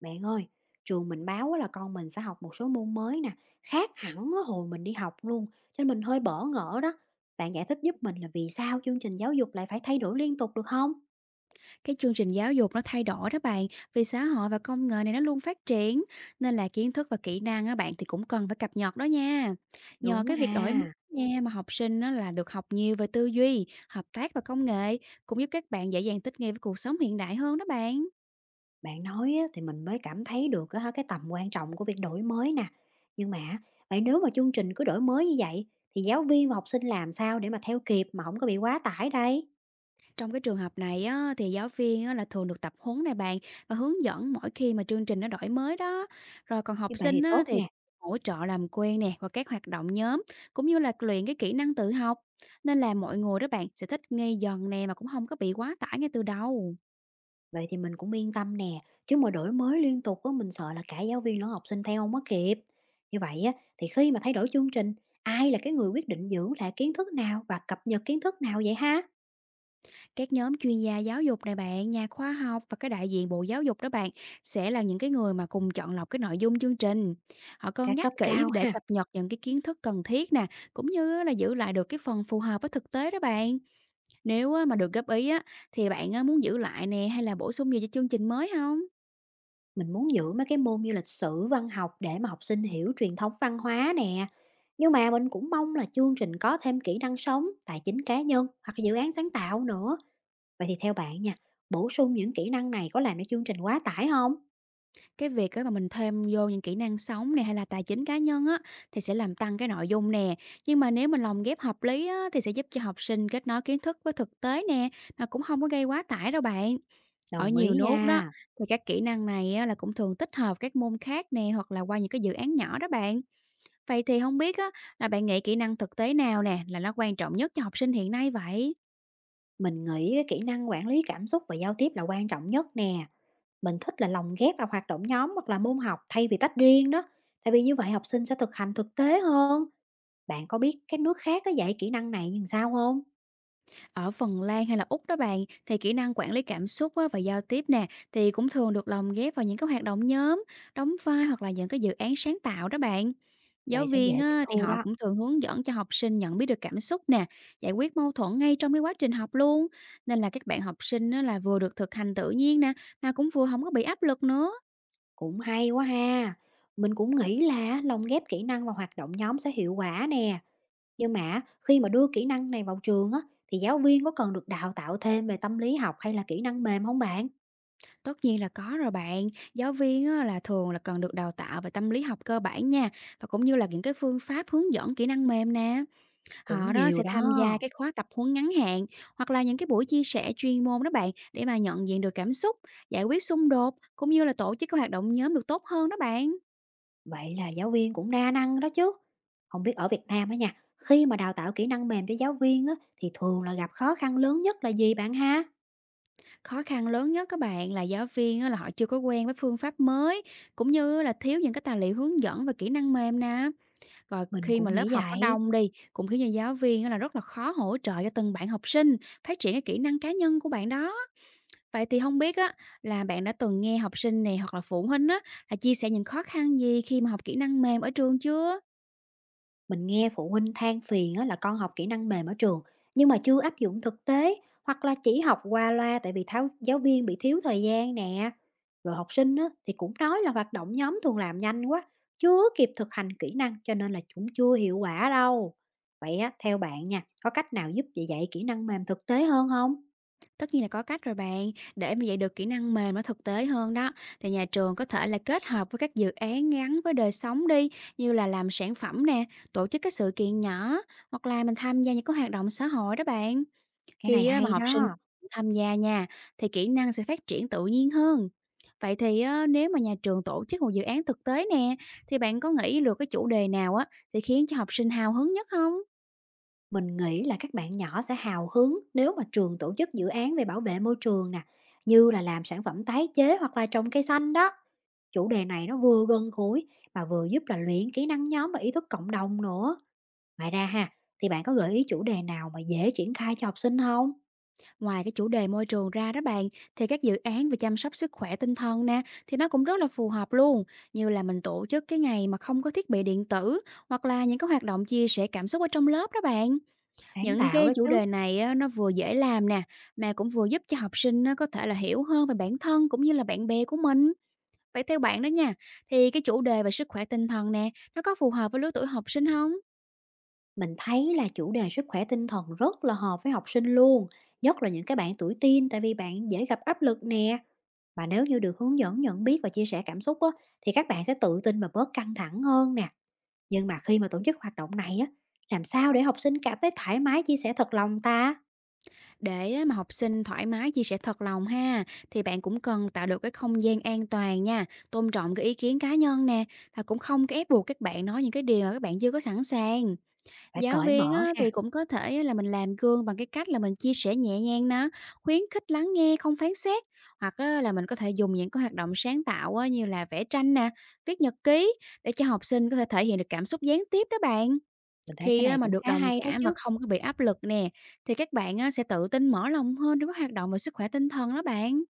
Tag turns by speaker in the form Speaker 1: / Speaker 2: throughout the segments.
Speaker 1: Bạn ơi, trường mình báo á là con mình sẽ học một số môn mới nè, khác hẳn á hồi mình đi học luôn, cho nên mình hơi bỡ ngỡ đó. Bạn giải thích giúp mình là vì sao chương trình giáo dục lại phải thay đổi liên tục được không?
Speaker 2: Cái chương trình giáo dục nó thay đổi đó bạn, vì xã hội và công nghệ này nó luôn phát triển, nên là kiến thức và kỹ năng á bạn thì cũng cần phải cập nhật đó nha. Nhờ
Speaker 1: Đúng
Speaker 2: cái việc đổi mới
Speaker 1: ha,
Speaker 2: nha mà học sinh nó là được học nhiều về tư duy, hợp tác và công nghệ, cũng giúp các bạn dễ dàng thích nghi với cuộc sống hiện đại hơn đó bạn.
Speaker 1: bạn nói á thì mình mới cảm thấy được á cái tầm quan trọng của việc đổi mới nè. Nhưng mà á, vậy nếu mà chương trình cứ đổi mới như vậy thì giáo viên và học sinh làm sao để mà theo kịp mà không có bị quá tải đây?
Speaker 2: Trong cái trường hợp này á, thì giáo viên á, là thường được tập huấn này bạn và hướng dẫn mỗi khi mà chương trình nó đổi mới đó. Rồi còn
Speaker 1: Như
Speaker 2: học
Speaker 1: vậy thì
Speaker 2: sinh á,
Speaker 1: tốt
Speaker 2: thì
Speaker 1: nè.
Speaker 2: hỗ trợ làm quen nè và các hoạt động nhóm cũng như là luyện cái kỹ năng tự học. Nên là mọi người đó bạn sẽ thích nghi dần nè mà cũng không có bị quá tải ngay từ đầu.
Speaker 1: Vậy thì mình cũng yên tâm nè, chứ mà đổi mới liên tục á mình sợ là cả giáo viên lẫn học sinh theo không có kịp. Như vậy á, thì khi mà thay đổi chương trình, ai là cái người quyết định giữ lại kiến thức nào và cập nhật kiến thức nào vậy ha?
Speaker 2: Các nhóm chuyên gia giáo dục này bạn, nhà khoa học và cái đại diện Bộ Giáo dục đó bạn sẽ là những cái người mà cùng chọn lọc cái nội dung chương trình. Họ
Speaker 1: Cả
Speaker 2: cân
Speaker 1: cấp
Speaker 2: nhắc kỹ
Speaker 1: cao
Speaker 2: để
Speaker 1: ha.
Speaker 2: cập nhật những cái kiến thức cần thiết nè, cũng như á là giữ lại được cái phần phù hợp với thực tế đó bạn. Nếu á mà được góp ý á, thì bạn á muốn giữ lại nè hay là bổ sung gì cho chương trình mới không?
Speaker 1: Mình muốn giữ mấy cái môn như lịch sử, văn học để mà học sinh hiểu truyền thống văn hóa nè. Nhưng mà mình cũng mong là chương trình có thêm kỹ năng sống, tài chính cá nhân hoặc dự án sáng tạo nữa. Vậy thì theo bạn nha, bổ sung những kỹ năng này có làm cho chương trình quá tải không?
Speaker 2: Cái việc á mà mình thêm vô những kỹ năng sống này hay là tài chính cá nhân á, thì sẽ làm tăng cái nội dung nè. Nhưng mà nếu mình lồng ghép hợp lý á, thì sẽ giúp cho học sinh kết nối kiến thức với thực tế nè, mà cũng không có gây quá tải đâu bạn. Ở
Speaker 1: Đồng
Speaker 2: nhiều
Speaker 1: ý
Speaker 2: nước đó,
Speaker 1: nha.
Speaker 2: thì các kỹ năng này á là cũng thường tích hợp các môn khác nè, hoặc là qua những cái dự án nhỏ đó bạn. Vậy thì không biết á, là bạn nghĩ kỹ năng thực tế nào nè, là nó quan trọng nhất cho học sinh hiện nay vậy?
Speaker 1: Mình nghĩ cái kỹ năng quản lý cảm xúc và giao tiếp là quan trọng nhất nè. Mình thích là lồng ghép vào hoạt động nhóm hoặc là môn học thay vì tách riêng đó. Tại vì như vậy học sinh sẽ thực hành thực tế hơn. Bạn có biết các nước khác có dạy kỹ năng này như sao không?
Speaker 2: Ở Phần Lan hay là Úc đó bạn, thì kỹ năng quản lý cảm xúc á, và giao tiếp nè, thì cũng thường được lồng ghép vào những cái hoạt động nhóm, đóng vai hoặc là những cái dự án sáng tạo đó bạn. Giáo
Speaker 1: Vậy sẽ
Speaker 2: viên
Speaker 1: dễ tiếp
Speaker 2: á, thì
Speaker 1: thu
Speaker 2: họ
Speaker 1: đó.
Speaker 2: cũng thường hướng dẫn cho học sinh nhận biết được cảm xúc nè, giải quyết mâu thuẫn ngay trong cái quá trình học luôn. Nên là các bạn học sinh á, là vừa được thực hành tự nhiên nè, mà cũng vừa không có bị áp lực nữa.
Speaker 1: Cũng hay quá ha. Mình cũng nghĩ là lồng ghép kỹ năng vào hoạt động nhóm sẽ hiệu quả nè. Nhưng mà khi mà đưa kỹ năng này vào trường á, thì giáo viên có cần được đào tạo thêm về tâm lý học hay là kỹ năng mềm không bạn?
Speaker 2: Tất nhiên là có rồi bạn, giáo viên á, là thường là cần được đào tạo về tâm lý học cơ bản nha, và cũng như là những cái phương pháp hướng dẫn kỹ năng mềm nè.
Speaker 1: Cũng
Speaker 2: Họ đó sẽ
Speaker 1: nhiều
Speaker 2: tham gia
Speaker 1: đó.
Speaker 2: cái khóa tập huấn ngắn hạn hoặc là những cái buổi chia sẻ chuyên môn đó bạn để mà nhận diện được cảm xúc, giải quyết xung đột cũng như là tổ chức các hoạt động nhóm được tốt hơn đó bạn.
Speaker 1: Vậy là giáo viên cũng đa năng đó chứ. Không biết ở Việt Nam á nha, khi mà đào tạo kỹ năng mềm cho giáo viên á, thì thường là gặp khó khăn lớn nhất là gì bạn ha?
Speaker 2: Khó khăn lớn nhất các bạn là giáo viên á, là họ chưa có quen với phương pháp mới cũng như là thiếu những cái tài liệu hướng dẫn và kỹ năng mềm nè. Rồi
Speaker 1: Mình
Speaker 2: khi
Speaker 1: cũng
Speaker 2: mà lớp
Speaker 1: nghĩ
Speaker 2: học nó
Speaker 1: vậy.
Speaker 2: đông đi cũng khiến cho giáo viên á, là rất là khó hỗ trợ cho từng bạn học sinh phát triển cái kỹ năng cá nhân của bạn đó. Vậy thì không biết á, là bạn đã từng nghe học sinh này hoặc là phụ huynh á, là chia sẻ những khó khăn gì khi mà học kỹ năng mềm ở trường chưa?
Speaker 1: Mình nghe phụ huynh than phiền á, là con học kỹ năng mềm ở trường nhưng mà chưa áp dụng thực tế, hoặc là chỉ học qua loa tại vì tháo, giáo viên bị thiếu thời gian nè. Rồi học sinh á, thì cũng nói là hoạt động nhóm thường làm nhanh quá, chưa kịp thực hành kỹ năng, cho nên là cũng chưa hiệu quả đâu. Vậy á, theo bạn nha, có cách nào giúp dạy dạy kỹ năng mềm thực tế hơn không?
Speaker 2: Tất nhiên là có cách rồi bạn, để mà dạy được kỹ năng mềm nó thực tế hơn đó, thì nhà trường có thể là kết hợp với các dự án gắn với đời sống đi, như là làm sản phẩm nè, tổ chức các sự kiện nhỏ, hoặc là mình tham gia những cái hoạt động xã hội đó bạn.
Speaker 1: Cái này
Speaker 2: Khi á mà
Speaker 1: hay
Speaker 2: học sinh
Speaker 1: đó.
Speaker 2: tham gia nha, thì kỹ năng sẽ phát triển tự nhiên hơn. Vậy thì á, nếu mà nhà trường tổ chức một dự án thực tế nè, thì bạn có nghĩ được cái chủ đề nào á sẽ khiến cho học sinh hào hứng nhất không?
Speaker 1: Mình nghĩ là các bạn nhỏ sẽ hào hứng nếu mà trường tổ chức dự án về bảo vệ môi trường nè, như là làm sản phẩm tái chế hoặc là trồng cây xanh đó. Chủ đề này nó vừa gần gũi mà vừa giúp là luyện kỹ năng nhóm và ý thức cộng đồng nữa. Ngoài ra ha, thì bạn có gợi ý chủ đề nào mà dễ triển khai cho học sinh không?
Speaker 2: Ngoài cái chủ đề môi trường ra đó bạn, thì các dự án về chăm sóc sức khỏe tinh thần nè, thì nó cũng rất là phù hợp luôn. Như là mình tổ chức cái ngày mà không có thiết bị điện tử, hoặc là những cái hoạt động chia sẻ cảm xúc ở trong lớp đó bạn.
Speaker 1: Sáng
Speaker 2: Những
Speaker 1: tạo
Speaker 2: cái
Speaker 1: đó
Speaker 2: chủ
Speaker 1: chứ.
Speaker 2: đề này á, nó vừa dễ làm nè, mà cũng vừa giúp cho học sinh á, có thể là hiểu hơn về bản thân cũng như là bạn bè của mình. Vậy theo bạn đó nha, thì cái chủ đề về sức khỏe tinh thần nè, nó có phù hợp với lứa tuổi học sinh không?
Speaker 1: Mình thấy là chủ đề sức khỏe tinh thần rất là hợp với học sinh luôn, nhất là những cái bạn tuổi teen tại vì bạn dễ gặp áp lực nè. Và nếu như được hướng dẫn nhận biết và chia sẻ cảm xúc á, thì các bạn sẽ tự tin và bớt căng thẳng hơn nè. Nhưng mà khi mà tổ chức hoạt động này á, làm sao để học sinh cảm thấy thoải mái chia sẻ thật lòng ta?
Speaker 2: Để á, mà học sinh thoải mái chia sẻ thật lòng ha, thì bạn cũng cần tạo được cái không gian an toàn nha, tôn trọng cái ý kiến cá nhân nè, và cũng không có ép buộc các bạn nói những cái điều mà các bạn chưa có sẵn sàng.
Speaker 1: Phải
Speaker 2: Giáo
Speaker 1: cởi
Speaker 2: viên
Speaker 1: mở
Speaker 2: á,
Speaker 1: ha.
Speaker 2: thì cũng có thể á, là mình làm gương bằng cái cách là mình chia sẻ nhẹ nhàng nè, khuyến khích lắng nghe không phán xét, hoặc á, là mình có thể dùng những cái hoạt động sáng tạo á, như là vẽ tranh nè, viết nhật ký để cho học sinh có thể thể hiện được cảm xúc gián tiếp đó bạn.
Speaker 1: Mình thấy cái
Speaker 2: Khi á,
Speaker 1: này
Speaker 2: mà
Speaker 1: cũng
Speaker 2: được
Speaker 1: khá
Speaker 2: đồng
Speaker 1: hay đó
Speaker 2: cảm và
Speaker 1: chứ.
Speaker 2: không có bị áp lực nè, thì các bạn á, sẽ tự tin mở lòng hơn trong các hoạt động về sức khỏe tinh thần đó bạn.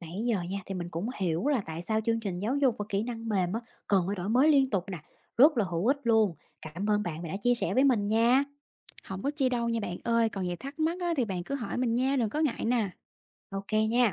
Speaker 1: Nãy giờ nha thì mình cũng hiểu là tại sao chương trình giáo dục và kỹ năng mềm á, cần phải đổi mới liên tục nè. Rất là hữu ích luôn. Cảm ơn bạn vì đã chia sẻ với mình nha.
Speaker 2: Không có chi đâu nha bạn ơi, còn gì thắc mắc á, thì bạn cứ hỏi mình nha, đừng có ngại nè.
Speaker 1: Ok nha.